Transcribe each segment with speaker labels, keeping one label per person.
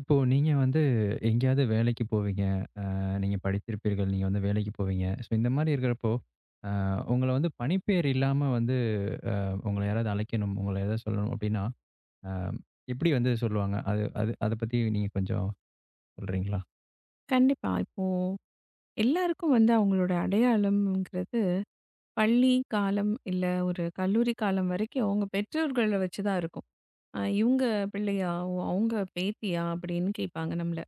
Speaker 1: இப்போ நீங்க வந்து எங்கேயாவது வேலைக்கு போவீங்க. நீங்க படித்திருப்பீர்கள். நீங்க வந்து வேலைக்கு போவீங்க. ஸோ இந்த மாரி இருக்கிறப்போ, அ உங்கள வந்து பணிப்பெயர் இல்லாம வந்து அ உங்கள யாராவது அழைக்கணும், உங்கள ஏதாவது சொல்லணும் அப்படின்னா, அ எப்படி வந்து சொல்லுவாங்க? அது அது அத பத்தி நீங்க கொஞ்சம் சொல்றீங்களா?
Speaker 2: கண்டிப்பா. இப்போ எல்லாருக்கும் வந்து அவங்களோட அடையாளம்ங்கிறது பள்ளி காலம், இல்ல ஒரு கல்லூரி காலம் வரைக்கும் அவங்க பெற்றோர்கள வச்சு தான் இருக்கும். இவங்க பிள்ளையா? ஓ! அவங்க பேத்தியா? அப்படின்னு கேட்பாங்க நம்மள.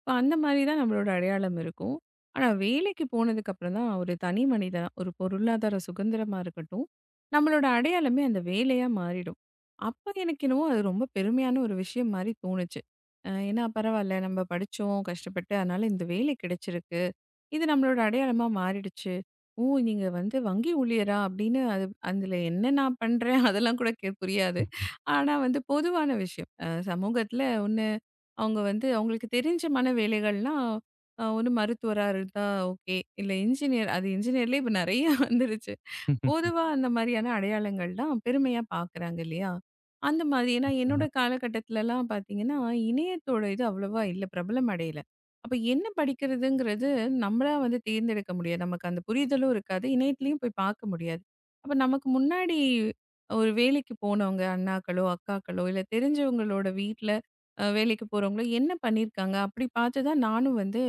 Speaker 2: இப்ப அந்த மாரி தான் நம்மளோட அடையாளம் இருக்கும். ஆனா வேலைக்கு போனதுக்கு அப்புறம் தான் ஒரு தனி மனிதனா, ஒரு பொருளாதார சுதந்திரமா இருக்கட்டும், நம்மளோட அடையாளமே அந்த வேலையா மாறிடும். அப்ப எனக்கு என்னவோ அது ரொம்ப பெருமையான ஒரு விஷயம் மாரி தோணுச்சு. ஏன்னா பரவால்ல நம்ம படிச்சோம், கஷ்டப்பட்டு அதனால இந்த வேலை கிடைச்சிருக்கு. இது நம்மளோட அடையாளமா மாறிடுச்சு. ஓ! நீங்க வந்து வங்கி ஊழியரா? அப்படின்னு அது அதில என்ன நான் பண்றேன் அதெல்லாம் கூட கே புரியாது.
Speaker 1: நிச்சயமா.
Speaker 2: ஆனா வந்து பொதுவான விஷயம். சமூகத்தில ஒண்ணு அவங்க வந்து அவங்களுக்கு தெரிஞ்சமான வேலைகள்னா, ஒண்ணு மருத்துவரா இருந்தா ஓகே. இல்ல இன்ஜினியர் அது இன்ஜினியர்லயே இப்ப நெறைய வந்துருச்சு. பொதுவா அந்த மாதிரியான அடையாளங்கள் தான் பெருமையா பாக்குறாங்க இல்லையா? அந்த மாதிரி ஏன்னா என்னோட காலகட்டத்திலலாம் பார்த்தீங்கன்னா, இணையத்தோட இது அவ்வளவா இல்ல. பிரபலம் அடையல. அப்ப என்ன படிக்கிறதுங்கிறது நம்மளா வந்து தேர்ந்தெடுக்க முடியாது. நமக்கு அந்த புரிதலும் இருக்காது. இணையத்திலயும் போய் பார்க்க முடியாது. அப்ப நமக்கு முன்னாடி ஒரு வேலைக்கு போனவங்க அண்ணாக்களோ, அக்காக்களோ இல்ல தெரிஞ்சவங்களோட வீட்ல வேலைக்கு போறவங்களோ என்ன பண்ணியிருக்காங்க? அப்படி பார்த்து தான் நானும் வந்து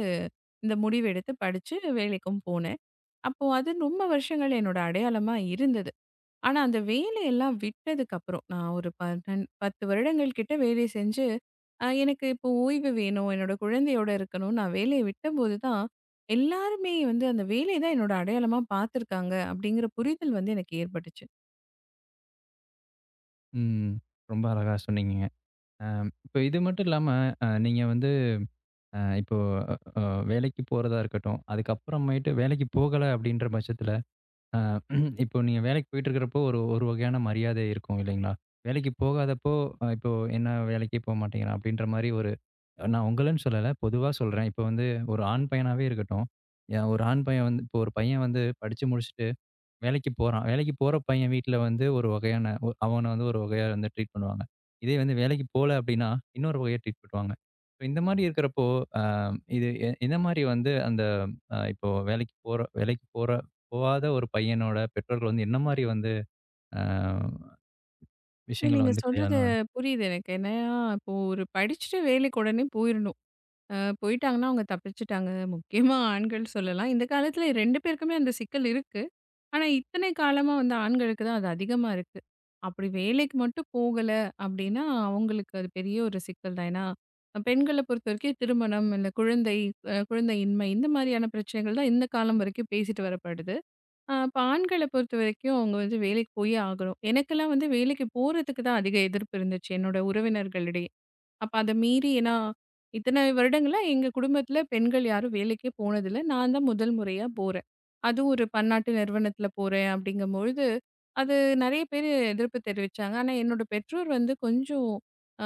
Speaker 2: இந்த முடிவெடுத்து படிச்சு வேலைக்கும் போனேன். அப்போ அது ரொம்ப வருஷங்கள் என்னோட அடையாளமா இருந்தது. ஆனா, அந்த வேலையெல்லாம் விட்டதுக்கப்புறம், நான் ஒரு 12 10 வருடங்கள் கிட்ட வேலை செஞ்சு, எனக்கு இப்போ ஓய்வு வேணும், என்னோட குழந்தையோட இருக்கணும். நான் வேலைய விட்டபோது தான், எல்லாருமே வந்து அந்த வேலைய தான் என்னோட அடையாளமா பார்த்துருக்காங்க, அப்படிங்கிற புரிதல் வந்து எனக்கு ஏற்பட்டுச்சு.
Speaker 1: ம். ரொம்ப அழகா சொன்னீங்கங்க. அ இப்போ இது மட்டும் இல்லாம நீங்க வந்து இப்போ அ வேலைக்கு போறதா இருக்கட்டும், அதுக்கப்புறமேட்டு வேலைக்கு போகல அப்படின்ற பட்சத்தில அ இப்போ நீங்க வேலைக்கு போயிட்டு இருக்கிறப்போ, ஒரு ஒரு வகையான மரியாதை இருக்கும் இல்லைங்களா? வேலைக்கு போகாதப்போ, இப்போ என்ன வேலைக்கே போ மாட்டேங்கிறான் அப்படின்ற மாரி ஒரு நான் உங்களன்னு சொல்லல, பொதுவா சொல்றேன். இப்போ வந்து ஒரு ஆண் பையனாவே இருக்கட்டும், ஒரு ஆண் பையன் வந்து இப்போ ஒரு பையன் வந்து படிச்சு முடிச்சுட்டு வேலைக்கு போறான். வேலைக்கு போற பையன் வீட்ல வந்து ஒரு வகையான அவன வந்து ஒரு வகையா வந்து ட்ரீட் பண்ணுவாங்க. இதே வந்து வேலைக்கு போல அப்டின்னா, இன்னொரு வகையா ட்ரீட் பண்ணுவாங்க. இப்ப இந்த மாரி இருக்கிறப்போ, அ இது எந்த மாரி வந்து அந்த இப்போ வேலைக்கு போற போவாத ஒரு பையனோட பெற்றோர்கள் வந்து என்ன மாரி வந்து அ
Speaker 2: இல்லை,
Speaker 1: விஷயங்கள
Speaker 2: நீங்க
Speaker 1: வந்து
Speaker 2: சொல்றது
Speaker 1: கையாளணும்னு.
Speaker 2: புரியுது எனக்கு. ஏன்னா, இப்போ ஒரு படிச்சுட்டு வேலைக்கு உடனே போயிரணும். அ போயிட்டாங்கன்னா அவங்க தப்பிச்சுட்டாங்க. முக்கியமா ஆண்கள் சொல்லலாம். இந்த காலத்துல 2 பேருக்குமே அந்த சிக்கல் இருக்கு. ஆனா, இத்தனை காலமா வந்து ஆண்களுக்கு தான் அது அதிகமா இருக்கு. அப்படி வேலைக்கு மட்டும் போகல அப்படின்னா, அவங்களுக்கு அது பெரிய ஒரு சிக்கல் தான். ஏன்னா, பெண்கள பொறுத்தவரைக்கும் திருமணம், இல்ல குழந்தை, குழந்தையின்மை இந்த மாரியான பிரச்சனைகள் தான் இந்த காலம் வரைக்கும் பேசிட்டு வரப்படுது. ஆ இப்ப ஆண்கள பொறுத்தவரைக்கும் அவங்க வந்து வேலைக்கு போயே ஆகணும். எனக்கெல்லாம் வந்து வேலைக்கு போறதுக்கு தான் அதிக எதிர்ப்பு இருந்துச்சு, என்னோட உறவினர்களிடையே. அப்ப அத மீறி ஏன்னா, இத்தனை வருடங்களா எங்க குடும்பத்துல பெண்கள் யாரும் வேலைக்கே போனதில்ல. நான் தான் முதல் முறையா போறேன். அதுவும் ஒரு பன்னாட்டு நிறுவனத்துல போறேன் அப்படிங்கும்பொழுது, அது நெறைய பேரு எதிர்ப்பு தெரிவிச்சாங்க. ஆனா என்னோட பெற்றோர் வந்து கொஞ்சம்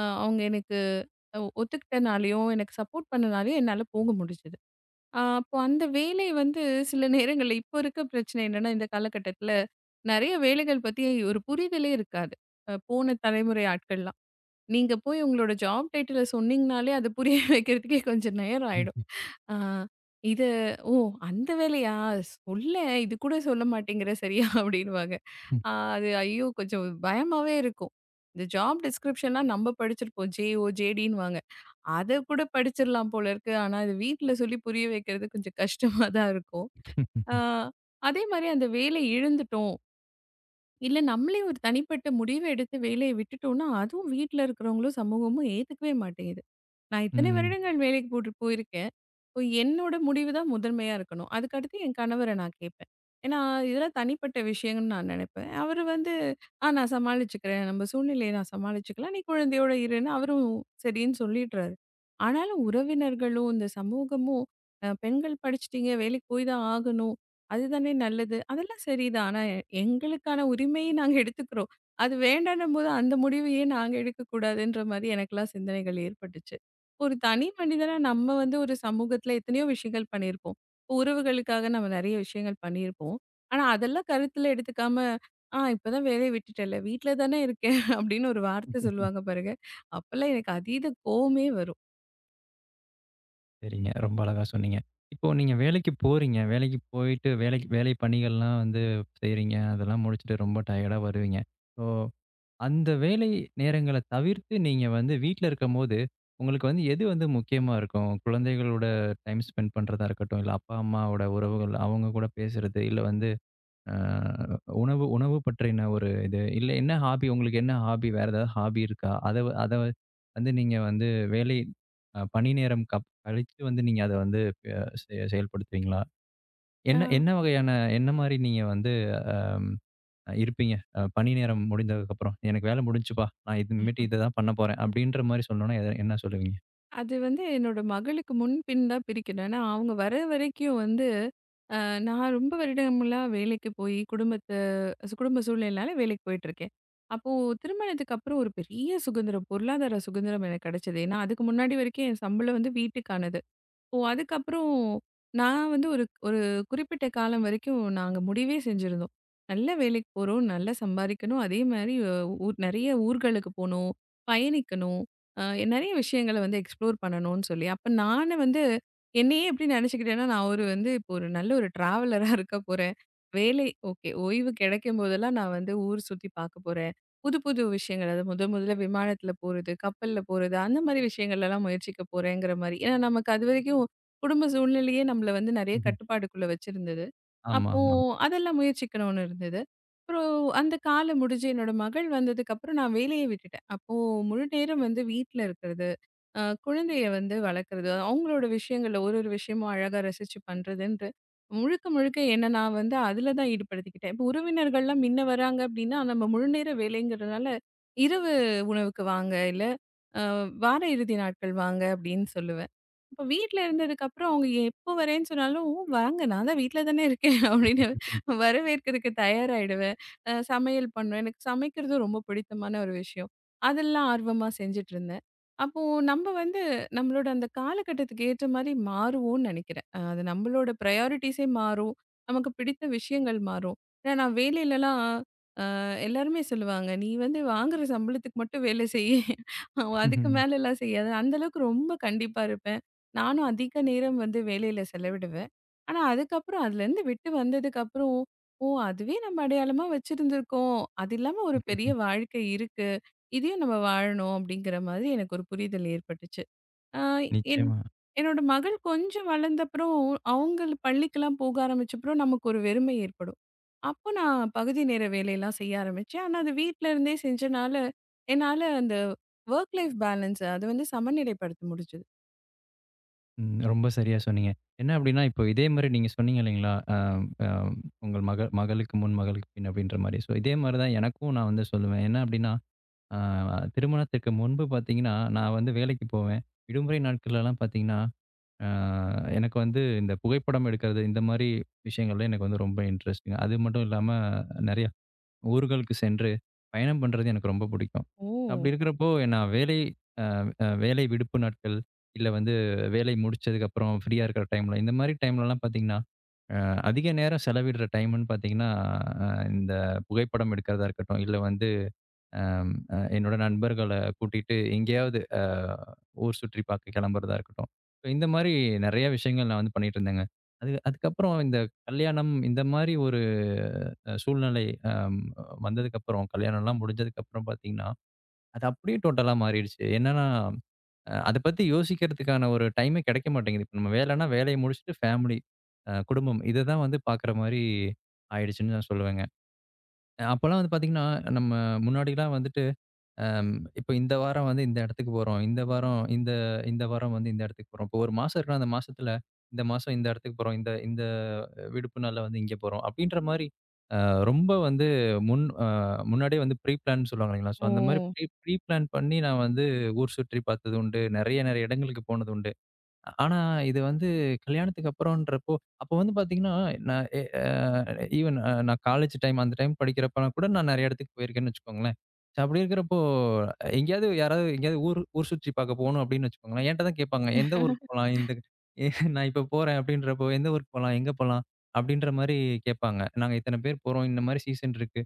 Speaker 2: அவங்க எனக்கு ஒத்துக்கிட்டனாலயும், எனக்கு சப்போர்ட் பண்ணனாலயும் என்னால போக முடிஞ்சது. ஆ, அப்போ அந்த வேலை வந்து சில நேரங்கள்ல இப்போ இருக்க பிரச்சனை என்னன்னா, இந்த காலகட்டத்தில நெறைய வேலைகள் பத்தி ஒரு புரிதலே இருக்காது. போன தலைமுறை ஆட்கள்லாம். நீங்க போய் உங்களோட ஜாப் டைட்டில சொன்னீங்கனாலே, அது புரிய வைக்கிறதுக்கே கொஞ்சம் நேரம் ஆயிடும்.
Speaker 1: ம்.
Speaker 2: ஆ இது "ஓ! அந்த வேலையா? சொல்லேன் இது கூட சொல்ல மாட்டேங்கிற சரியா" அப்படின்னுவாங்க. ஆ அது ஐயோ! கொஞ்சம் பயமாவே இருக்கும். இந்த ஜாப் டிஸ்கிரிப்ஷன்லாம் நம்ம படிச்சிருப்போம். ஜேஓ, ஜேடின்னுவாங்க. அத கூட படிச்சிடலாம் போல இருக்கு. ஆனா, அது வீட்ல சொல்லி புரிய வைக்கிறது கொஞ்சம் கஷ்டமா தான் இருக்கும். ஆ அதே மாரி அந்த வேலை இழந்துட்டோம். இல்ல நம்மளே ஒரு தனிப்பட்ட முடிவு எடுத்து வேலைய விட்டுட்டோம்னா, அதுவும் வீட்ல இருக்கிறவங்களும் சமூகமும் ஏத்துக்கவே மாட்டேங்குது. நான் இத்தனை
Speaker 1: ம்,
Speaker 2: வருடங்கள் வேலைக்கு போட்டு போயிருக்கேன். இப்போ என்னோட முடிவு தான் முதன்மையா இருக்கணும். அதுக்கடுத்து என் கணவர நான் கேட்பேன். ஏன்னா, இதெல்லாம் தனிப்பட்ட விஷயங்கன்னு நான் நெனைப்பேன். அவரு வந்து, "ஆ நான் சமாளிச்சுக்கிறேன். நம்ம சூழ்நிலைய நான் சமாளிச்சுக்கலாம். நீ குழந்தையோட இருன்னு" அவரும் சரின்னு சொல்லிடுறாரு. ஆனாலும் உறவினர்களும், இந்த சமூகமும், பெண்கள் படிச்சுட்டீங்க, வேலைக்கு போய் தான் ஆகணும். அதுதானே நல்லது. அதெல்லாம் சரிதான். ஆனா எங்களுக்கான உரிமையை நாங்க எடுத்துக்கிறோம். அது வேண்டான்னும்போது அந்த முடிவையே நாங்க எடுக்கக்கூடாதுன்ற மாரி எனக்கெல்லாம் சிந்தனைகள் ஏற்பட்டுச்சு. ஒரு தனி மனிதனா நம்ம வந்து ஒரு சமூகத்துல எத்தனையோ விஷயங்கள் பண்ணியிருப்போம். உறவுகளுக்காக நம்ம நெறைய விஷயங்கள் பண்ணியிருப்போம். ஆனா, அதெல்லாம் கருத்துல எடுத்துக்காம, "ஆ இப்பதான் வேலைய விட்டுட்டேன்ல, வீட்ல தானே இருக்கேன்" அப்படின்னு ஒரு வார்த்தை
Speaker 1: ம்.
Speaker 2: சொல்லுவாங்க பாருங்க. அப்பல்லாம் எனக்கு அதீத கோவமே வரும்.
Speaker 1: சரிங்க. ரொம்ப அழகா சொன்னீங்க. இப்போ நீங்க வேலைக்கு போறீங்க. வேலைக்கு போயிட்டு வேலை பணிகள்லாம் வந்து செய்றீங்க. அதெல்லாம் முடிச்சுட்டு ரொம்ப டயர்டா வருவீங்க. ஸோ அந்த வேலை நேரங்கள தவிர்த்து நீங்க வந்து வீட்ல இருக்கும்போது, உங்களுக்கு வந்து எது வந்து முக்கியமா இருக்கும்? குழந்தைகளோட டைம் ஸ்பெண்ட் பண்றதா இருக்கட்டும், இல்ல அப்பா, அம்மாவோட உறவுகள் அவங்க கூட பேசுறது, இல்ல வந்து அ உணவு உணவு பற்றின ஒரு இது, இல்ல என்ன ஹாபி உங்களுக்கு என்ன ஹாபி? வேற ஏதாவது ஹாபி இருக்கா? அத வந்து நீங்க வந்து வேலை பணி நேரம் கப் கழிச்சு வந்து நீங்க அத வந்து அ செ செயல்படுத்துவீங்களா?
Speaker 2: அ
Speaker 1: என்ன என்ன வகையான என்ன மாரி நீங்க வந்து அ அ இருப்பீங்க. பணி நேரம் முடிந்ததுக்கப்புறம், "எனக்கு வேலை முடிஞ்சுப்பா. நான் இதுமேட்டு இத தான் பண்ண போறேன்." அப்படின்ற மாரி சொன்னோம்னா என்ன சொல்லுவீங்க?
Speaker 2: அது வந்து என்னோட மகளுக்கு முன்பின் தான் பிரிக்கணும். ஏன்னா, அவங்க வர வரைக்கும் வந்து நான் ரொம்ப வருடங்களா வேலைக்கு போய் குடும்பத்தை குடும்ப சூழ்நிலையால வேலைக்கு போயிட்டு இருக்கேன். அப்போ திருமணத்துக்கு அப்புறம் ஒரு பெரிய சுதந்திரம் பொருளாதார சுதந்திரம் எனக்கு கிடைச்சது. ஏன்னா அதுக்கு முன்னாடி வரைக்கும் என் சம்பளம் வந்து வீட்டுக்கானது. ஓ! அதுக்கப்புறம் நான் வந்து ஒரு ஒரு குறிப்பிட்ட காலம் வரைக்கும் நாங்க முடிவே செஞ்சிருந்தோம். நல்ல வேலைக்கு போறோம், நல்லா சம்பாரிக்கணும். அதே மாரி ஊர் நெறைய ஊர்களுக்கு போணும், பயணிக்கணும், அ நெறைய விஷயங்கள வந்து எக்ஸ்ப்ளோர் பண்ணணும்னு சொல்லி. அப்ப நானு வந்து என்னையே எப்படி நெனச்சுக்கிட்டேன்னா, நான் ஒரு வந்து இப்போ ஒரு நல்ல ஒரு டிராவலரா இருக்க போறேன். வேலை ஓகே. ஓய்வு கிடைக்கும் போதெல்லாம் நான் வந்து ஊர் சுத்தி பார்க்க போறேன். புது புது விஷயங்கள் அதாவது முதல் முதல்ல விமானத்தில போறது, கப்பல்ல போறது, அந்த மாரி விஷயங்கள்லாம் முயற்சிக்க போறேங்கிற மாரி. ஏன்னா நமக்கு அதுவரைக்கும் குடும்ப சூழ்நிலையே நம்மள வந்து நெறைய
Speaker 1: ம்ஹும்.
Speaker 2: கட்டுப்பாடுக்குள்ள வச்சிருந்தது.
Speaker 1: ஆமா,
Speaker 2: அப்போ
Speaker 1: ஆமா.
Speaker 2: அதெல்லாம் முயற்சிக்கணும்னு இருந்தது. அப்புறம் அந்த காலம் முடிஞ்சு என்னோட மகள் வந்ததுக்கப்புறம் நான் வேலைய விட்டுட்டேன். அப்போ முழு நேரம் வந்து வீட்ல இருக்கிறது, குழந்தைய வந்து வளர்க்குறது, அவங்களோட விஷயங்கள்ல ஒரு ஒரு விஷயமும் அழகா ரசிச்சு பண்றதுன்ட்டு, முழுக்க முழுக்க என்ன நான் வந்து அதில தான் ஈடுபடுத்திக்கிட்டேன். இப்போ உறவினர்கள்லாம் முன்ன வராங்க அப்டின்னா, நம்ம முழுநேர வேலைங்கிறதுனால, இரவு உணவுக்கு வாங்க, இல்ல அ வார இறுதி நாட்கள் வாங்க அப்படின்னு சொல்லுவேன். அப்ப வீட்ல இருந்ததுக்கப்புறம் அவங்க எப்போ வரேன்னு சொன்னாலும், "ஓ! வாங்க நான் தான் வீட்ல தானே இருக்கேன்" அப்படின்னு வரவேற்கிறதுக்கு தயாராயிடுவேன். சமையல் பண்ணுவேன். எனக்கு சமைக்கிறதும் ரொம்ப பிடித்தமான ஒரு விஷயம். அதெல்லாம் ஆர்வமா செஞ்சுட்டு இருந்தேன். அப்போ நம்ம வந்து நம்மளோட அந்த காலகட்டத்துக்கு ஏற்ற மாதிரி மாறுவோம்னு நினைக்கிறேன். அது நம்மளோட ப்ரையாரிட்டீஸே மாறும். நமக்கு பிடித்த விஷயங்கள் மாறும். ஏன்னா நான் வேலையிலலாம் எல்லாருமே சொல்லுவாங்க, "நீ வந்து வாங்குற சம்பளத்துக்கு மட்டும் வேலை செய்யி. அதுக்கு
Speaker 1: ம்ஹும்.
Speaker 2: மேலலாம் செய்யாத." அந்த அளவுக்கு ரொம்ப கண்டிப்பா இருப்பேன். நானும் அதிக நேரம் வந்து வேலையில செலவிடுவேன். ஆனா, அதுக்கப்புறம் அதுலேருந்து விட்டு வந்ததுக்கப்புறம், "ஓ! அதுவே நம்ம அடையாளமா வச்சிருந்திருக்கோம். அது இல்லாம ஒரு பெரிய
Speaker 1: ம்ஹும்.
Speaker 2: வாழ்க்கை இருக்கு. இதையும் நம்ம வாழணும்." அப்படிங்கிற மாதிரி எனக்கு ஒரு புரிதல் ஏற்பட்டுச்சு. ஆ, என்
Speaker 1: நிச்சயமா.
Speaker 2: என்னோட மகள் கொஞ்சம் வளர்ந்தப்புறம், அவங்கள் பள்ளிக்கெல்லாம் போக ஆரம்பிச்சப்புறம் நமக்கு ஒரு வெறுமை ஏற்படும். அப்போ நான் பகுதி நேர வேலையெல்லாம் செய்ய ஆரம்பிச்சேன். ஆனா, அது வீட்ல இருந்தே செஞ்சனால, என்னால அந்த ஒர்க் லைஃப் பேலன்ஸ் அது வந்து சமநிலைப்படுத்த முடிஞ்சது.
Speaker 1: ம். ரொம்ப சரியா சொன்னீங்க. என்ன அப்படின்னா, இப்போ இதே மாரி நீங்க சொன்னீங்க இல்லைங்களா? அ அ உங்கள் மகளுக்கு முன், மகளுக்கு பின் அப்படின்ற மாரி. ஸோ இதே மாரி தான் எனக்கும் நான் வந்து சொல்லுவேன். என்ன அப்படின்னா, அ திருமணத்திற்கு முன்பு பார்த்தீங்கன்னா, நான் வந்து வேலைக்கு போவேன். விடுமுறை நாட்கள்லலாம் பார்த்தீங்கன்னா ஆ எனக்கு வந்து இந்த புகைப்படம் எடுக்கிறது, இந்த மாரி விஷயங்கள்ல எனக்கு வந்து ரொம்ப இன்ட்ரெஸ்ட்டுங்க. அது மட்டும் இல்லாம நெறைய ஊர்களுக்கு சென்று பயணம் பண்றது எனக்கு ரொம்ப புடிக்கும்.
Speaker 2: ஓ!
Speaker 1: அப்படி இருக்கிறப்போ நான் வேலை அ அ வேலை விடுப்பு நாட்கள், இல்ல வந்து வேலை முடிச்சதுக்கப்புறம் ஃப்ரீயா இருக்கிற டைம்ல, இந்த மாரி டைம்லலாம் பார்த்தீங்கன்னா, அ அதிக நேரம் செலவிடுற டைம்ன்னு பார்த்தீங்கன்னா, அ இந்த புகைப்படம் எடுக்கிறதா இருக்கட்டும், இல்ல வந்து அம் அ என்னோட நண்பர்கள கூட்டிட்டு எங்கேயாவது ஊர் சுற்றி பார்க்க கிளம்புறதா இருக்கட்டும். So, இந்த மாரி நெறைய விஷயங்கள் நான் வந்து பண்ணிட்டு இருந்தேங்க. அது அதுக்கப்புறம் இந்த கல்யாணம் இந்த மாரி ஒரு சூழ்நிலை அம் வந்ததுக்கப்புறம், கல்யாணம்லாம் முடிஞ்சதுக்கப்புறம் பார்த்தீங்கன்னா, அது அப்படியே டோட்டலா மாறிடுச்சு. என்னன்னா, அத பத்தி யோசிக்கிறதுக்கான ஒரு டைமே கிடைக்க மாட்டேங்குது. இப்ப நம்ம வேலைன்னா வேலைய முடிச்சுட்டு ஃபேமிலி, குடும்பம் இத தான் வந்து பார்க்குற மாரி ஆயிடுச்சுன்னு நான் சொல்லுவேங்க. அப்பலாம் வந்து பார்த்தீங்கன்னா, நம்ம முன்னாடிலாம் வந்துட்டு அம் இப்ப இந்த வாரம் வந்து இந்த இடத்துக்கு போறோம். இந்த வாரம் வந்து இந்த இடத்துக்கு போறோம். இப்போ ஒரு மாசம் இருக்குன்னா, அந்த மாசத்துல இந்த மாசம் இந்த இடத்துக்கு போறோம். இந்த இந்த விடுப்பு நாள்ல வந்து இங்க போறோம். அப்படின்ற மாரி அ ரொம்ப வந்து முன் அ முன்னாடியே வந்து ப்ரீ பிளான்னு சொல்லுவாங்க இல்லைங்களா? So
Speaker 2: oh!
Speaker 1: அந்த மாரி ப்ரீ ப்ரீ பிளான் பண்ணி நான் வந்து ஊர் சுற்றி பார்த்தது உண்டு. நெறைய நெறைய இடங்களுக்கு போனது உண்டு. ஆனா, இது வந்து கல்யாணத்துக்கு அப்புறம்ன்றப்போ, அப்போ வந்து பார்த்தீங்கன்னா, நான் எ அ ஈவன் நான் காலேஜ் டைம் அந்த டைம் படிக்கிறப்பலாம் கூட நான் நெறைய இடத்துக்கு போயிருக்கேன்னு வச்சுக்கோங்களேன். சோ அப்படி இருக்கிறப்போ, யாராவது எங்கேயாவது ஊர் ஊர் சுற்றி பார்க்க போணும் அப்படின்னு வச்சுக்கோங்களேன். என்ட்ட தான் கேட்பாங்க. எந்த ஊருக்கு போலாம்? நான் இப்போ போறேன் அப்படின்றப்போ, எந்த ஊருக்கு போலாம்? எங்க போலாம்? அப்படின்ற மாரி கேட்பாங்க. நாங்க இத்தன பேர் போறோம். இந்த மாரி சீசன் இருக்கு.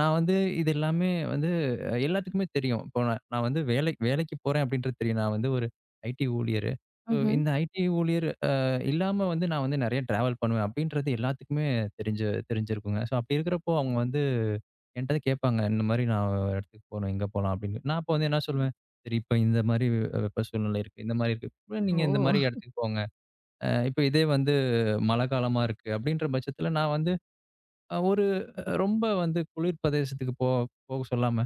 Speaker 1: நான் வந்து இது எல்லாமே வந்து எல்லாத்துக்குமே தெரியும். இப்போ நான் நான் வந்து வேலைக்கு போறேன் அப்படின்றது தெரியும். நான் வந்து ஒரு ஐடி ஊழியர். ஸோ
Speaker 2: ம்ஹ்ம்.
Speaker 1: இந்த ஐடி ஊழியர் இல்லாம வந்து நான் வந்து நெறைய டிராவல் பண்ணுவேன் அப்படின்றது எல்லாத்துக்குமே தெரிஞ்சிருக்குங்க. ஸோ அப்படி இருக்கிறப்போ அவங்க வந்து என்ட்ட கேட்பாங்க. இந்த மாரி நான் ஒரு இடத்துக்கு போணும், எங்க போலாம் அப்படின்னு. நான் அப்போ வந்து என்ன சொல்லுவேன், சரி இப்ப இந்த மாரி வெப்ப சூழ்நிலை இருக்கு. இந்த மாரி இருக்கு. அப்புறம் நீங்க
Speaker 2: ஓ!
Speaker 1: இந்த மாரி இடத்துக்கு போங்க. இப்ப இதே வந்து மழை காலமா இருக்கு அப்படின்ற பட்சத்தில நான் வந்து ஒரு ரொம்ப வந்து குளிர் பிரதேசத்துக்கு போக சொல்லாம,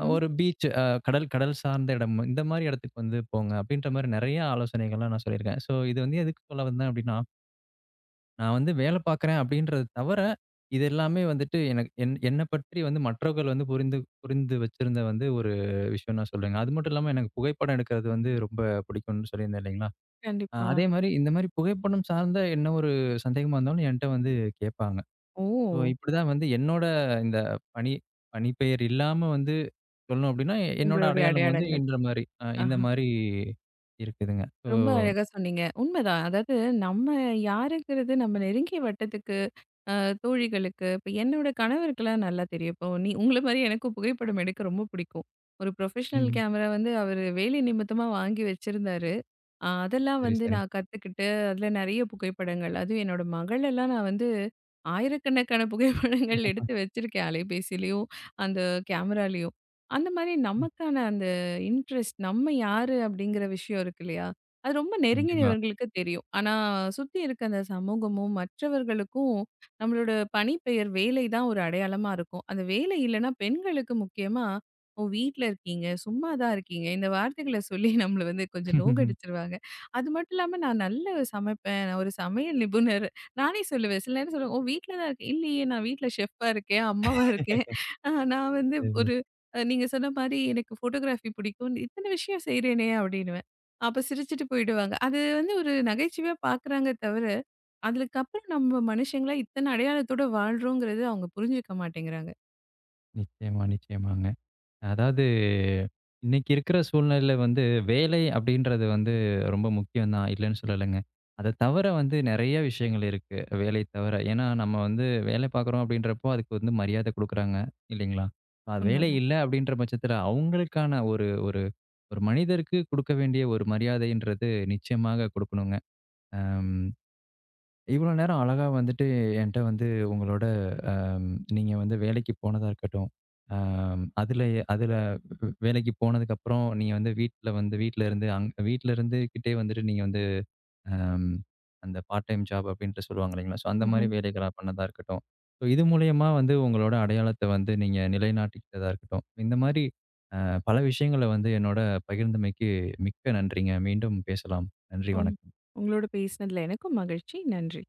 Speaker 1: ஒரு பீச் கடல் கடல் சார்ந்த இடம். இந்த மாரி இடத்துக்கு வந்து போங்க அப்படின்ற மாரி நெறைய ஆலோசனைகள்லாம் நான் சொல்லியிருக்கேன். ஸோ இது வந்து எதுக்கு சொல்ல வந்தேன் அப்படின்னா, நான் வந்து வேலை பார்க்குறேன் அப்படின்றத தவிர, இது எல்லாமே வந்துட்டு எனக்கு என்ன பற்றி வந்து மற்றவர்கள் வந்து புரிந்து புரிந்து வச்சிருந்த வந்து ஒரு விஷயம் நான் சொல்லுவேங்க. அது மட்டும் இல்லாம எனக்கு புகைப்படம் எடுக்கிறது வந்து ரொம்ப பிடிக்கும்னு சொல்லியிருந்தேன் இல்லைங்களா?
Speaker 2: கண்டிப்பா.
Speaker 1: அதே மாரி இந்த மாரி புகைப்படம் சார்ந்த என்ன ஒரு சந்தேகமா இருந்தாலும் என்ட்ட வந்து கேட்பாங்க.
Speaker 2: ஓ!
Speaker 1: ஸோ, இப்படிதான் வந்து என்னோட இந்த பணி பணிப்பெயர் இல்லாம வந்து சொல்லணும் அப்படின்னா, என்னோட
Speaker 2: உங்களுடைய
Speaker 1: அடையாளம் வந்து
Speaker 2: அடையாளங்கள்.
Speaker 1: இந்த
Speaker 2: ஆஹா.
Speaker 1: மாரி இருக்குதுங்க. ஸோ
Speaker 2: ரொம்ப அழகா சொன்னீங்க. உண்மைதான். அதாவது நம்ம யாருங்கிறது நம்ம நெருங்கிய வட்டத்துக்கு அ தோழிகளுக்கு, இப்ப என்னோட கணவருக்குலாம் நல்லா தெரியும். இப்போ நீ உங்கள மாரி எனக்கும் புகைப்படம் எடுக்க ரொம்ப பிடிக்கும். ஒரு ப்ரொஃபஷனல்
Speaker 1: ம்.
Speaker 2: கேமரா வந்து அவரு வேலை நிமித்தமா வாங்கி வச்சிருந்தாரு. ஆ அதெல்லாம்
Speaker 1: சரி,
Speaker 2: வந்து
Speaker 1: சரி.
Speaker 2: நான் கத்துக்கிட்டு, அதுல நெறைய புகைப்படங்கள். அதுவும் என்னோட மகளெல்லாம் நான் வந்து ஆயிரக்கணக்கான புகைப்படங்கள் எடுத்து வச்சிருக்கேன். அலைபேசியிலயும், அந்த கேமராலயும். அந்த மாரி
Speaker 1: ம்.
Speaker 2: நமக்கான அந்த இன்ட்ரெஸ்ட், நம்ம யாரு அப்படிங்கிற விஷயம் இருக்கு இல்லையா? அது ரொம்ப
Speaker 1: கண்டிப்பா.
Speaker 2: நெருங்கினவர்களுக்கு தெரியும். ஆனா, சுத்தி இருக்க அந்த சமூகமும், மற்றவர்களுக்கும் நம்மளோட பணிப்பெயர் வேலை தான் ஒரு அடையாளமா இருக்கும். அந்த வேலை இல்லைன்னா பெண்களுக்கு முக்கியமா, "ஓ! வீட்ல இருக்கீங்க, சும்மா தான் இருக்கீங்க." இந்த வார்த்தைகள சொல்லி நம்மள வந்து கொஞ்சம் நோகடிச்சுருவாங்க. அது மட்டும் இல்லாம நான் நல்லா சமைப்பேன். நான் ஒரு சமையல் நிபுணர். நானே சொல்லுவேன். சில நேரம் சொல்லுவேன், "ஓ! வீட்ல தான் இருக்கேன்." இல்லையே நான் வீட்ல ஷெஃப்பா இருக்கேன், அம்மாவா இருக்கேன். நான் வந்து
Speaker 1: சரி.
Speaker 2: ஒரு நீங்க சொன்ன மாரி எனக்கு ஃபோட்டோகிராஃபி பிடிக்கும். இத்தன விஷயம் செய்றேனே அப்படின்னுவேன். அப்ப சிரிச்சுட்டு போயிடுவாங்க. அது வந்து ஒரு நகைச்சுவையா பார்க்குறாங்க தவிர, அதுக்கப்புறம் நம்ம மனுஷங்களா இத்தன அடையாளத்தோட வாழ்றோங்கிறது அவங்க புரிஞ்சுக்க மாட்டேங்கிறாங்க.
Speaker 1: நிச்சயமா, நிச்சயமாங்க. அதாவது இன்னைக்கு இருக்கிற சூழ்நிலையில வந்து வேலை அப்படின்றது வந்து ரொம்ப முக்கியம் தான் இல்லைன்னு சொல்லலைங்க. அத தவிர வந்து நெறைய விஷயங்கள் இருக்கு. வேலை தவிர. ஏன்னா நம்ம வந்து வேலை பார்க்குறோம் அப்படின்றப்போ அதுக்கு வந்து மரியாதை குடுக்குறாங்க இல்லைங்களா? அது வேலை
Speaker 2: உண்மதான்.
Speaker 1: இல்ல அப்படின்ற பட்சத்தில அவங்களுக்கான ஒரு ஒரு ஒரு மனிதருக்கு குடுக்க வேண்டிய ஒரு மரியாதைன்றது நிச்சயமாக குடுக்கணுங்க. அம். இவ்வளோ நேரம் அழகா வந்துட்டு என்ட்ட வந்து உங்களோட அம், நீங்க வந்து வேலைக்கு போனதா இருக்கட்டும், அதுல அதுல வேலைக்கு போனதுக்கப்புறம் நீங்க வந்து வீட்ல இருந்துகிட்டே வந்துட்டு நீங்க வந்து அம், அந்த பார்ட் டைம் ஜாப் அப்படின்ட்டு சொல்லுவாங்க இல்லைங்களா? ஸோ அந்த மாரி
Speaker 2: ம்ஹ்ம்.
Speaker 1: வேலைகளா பண்ணதா இருக்கட்டும். ஸோ இது மூலியமா வந்து உங்களோட அடையாளத்த வந்து நீங்க நிலைநாட்டிக்கிட்டதா இருக்கட்டும். இந்த மாரி அ பல விஷயங்கள வந்து என்னோட பகிர்ந்தமைக்கு மிக்க நன்றிங்க. மீண்டும் பேசலாம். நன்றி,
Speaker 2: உங்
Speaker 1: வணக்கம்.
Speaker 2: உங்களோட பேசினதுல எனக்கும் மகிழ்ச்சி. நன்றி.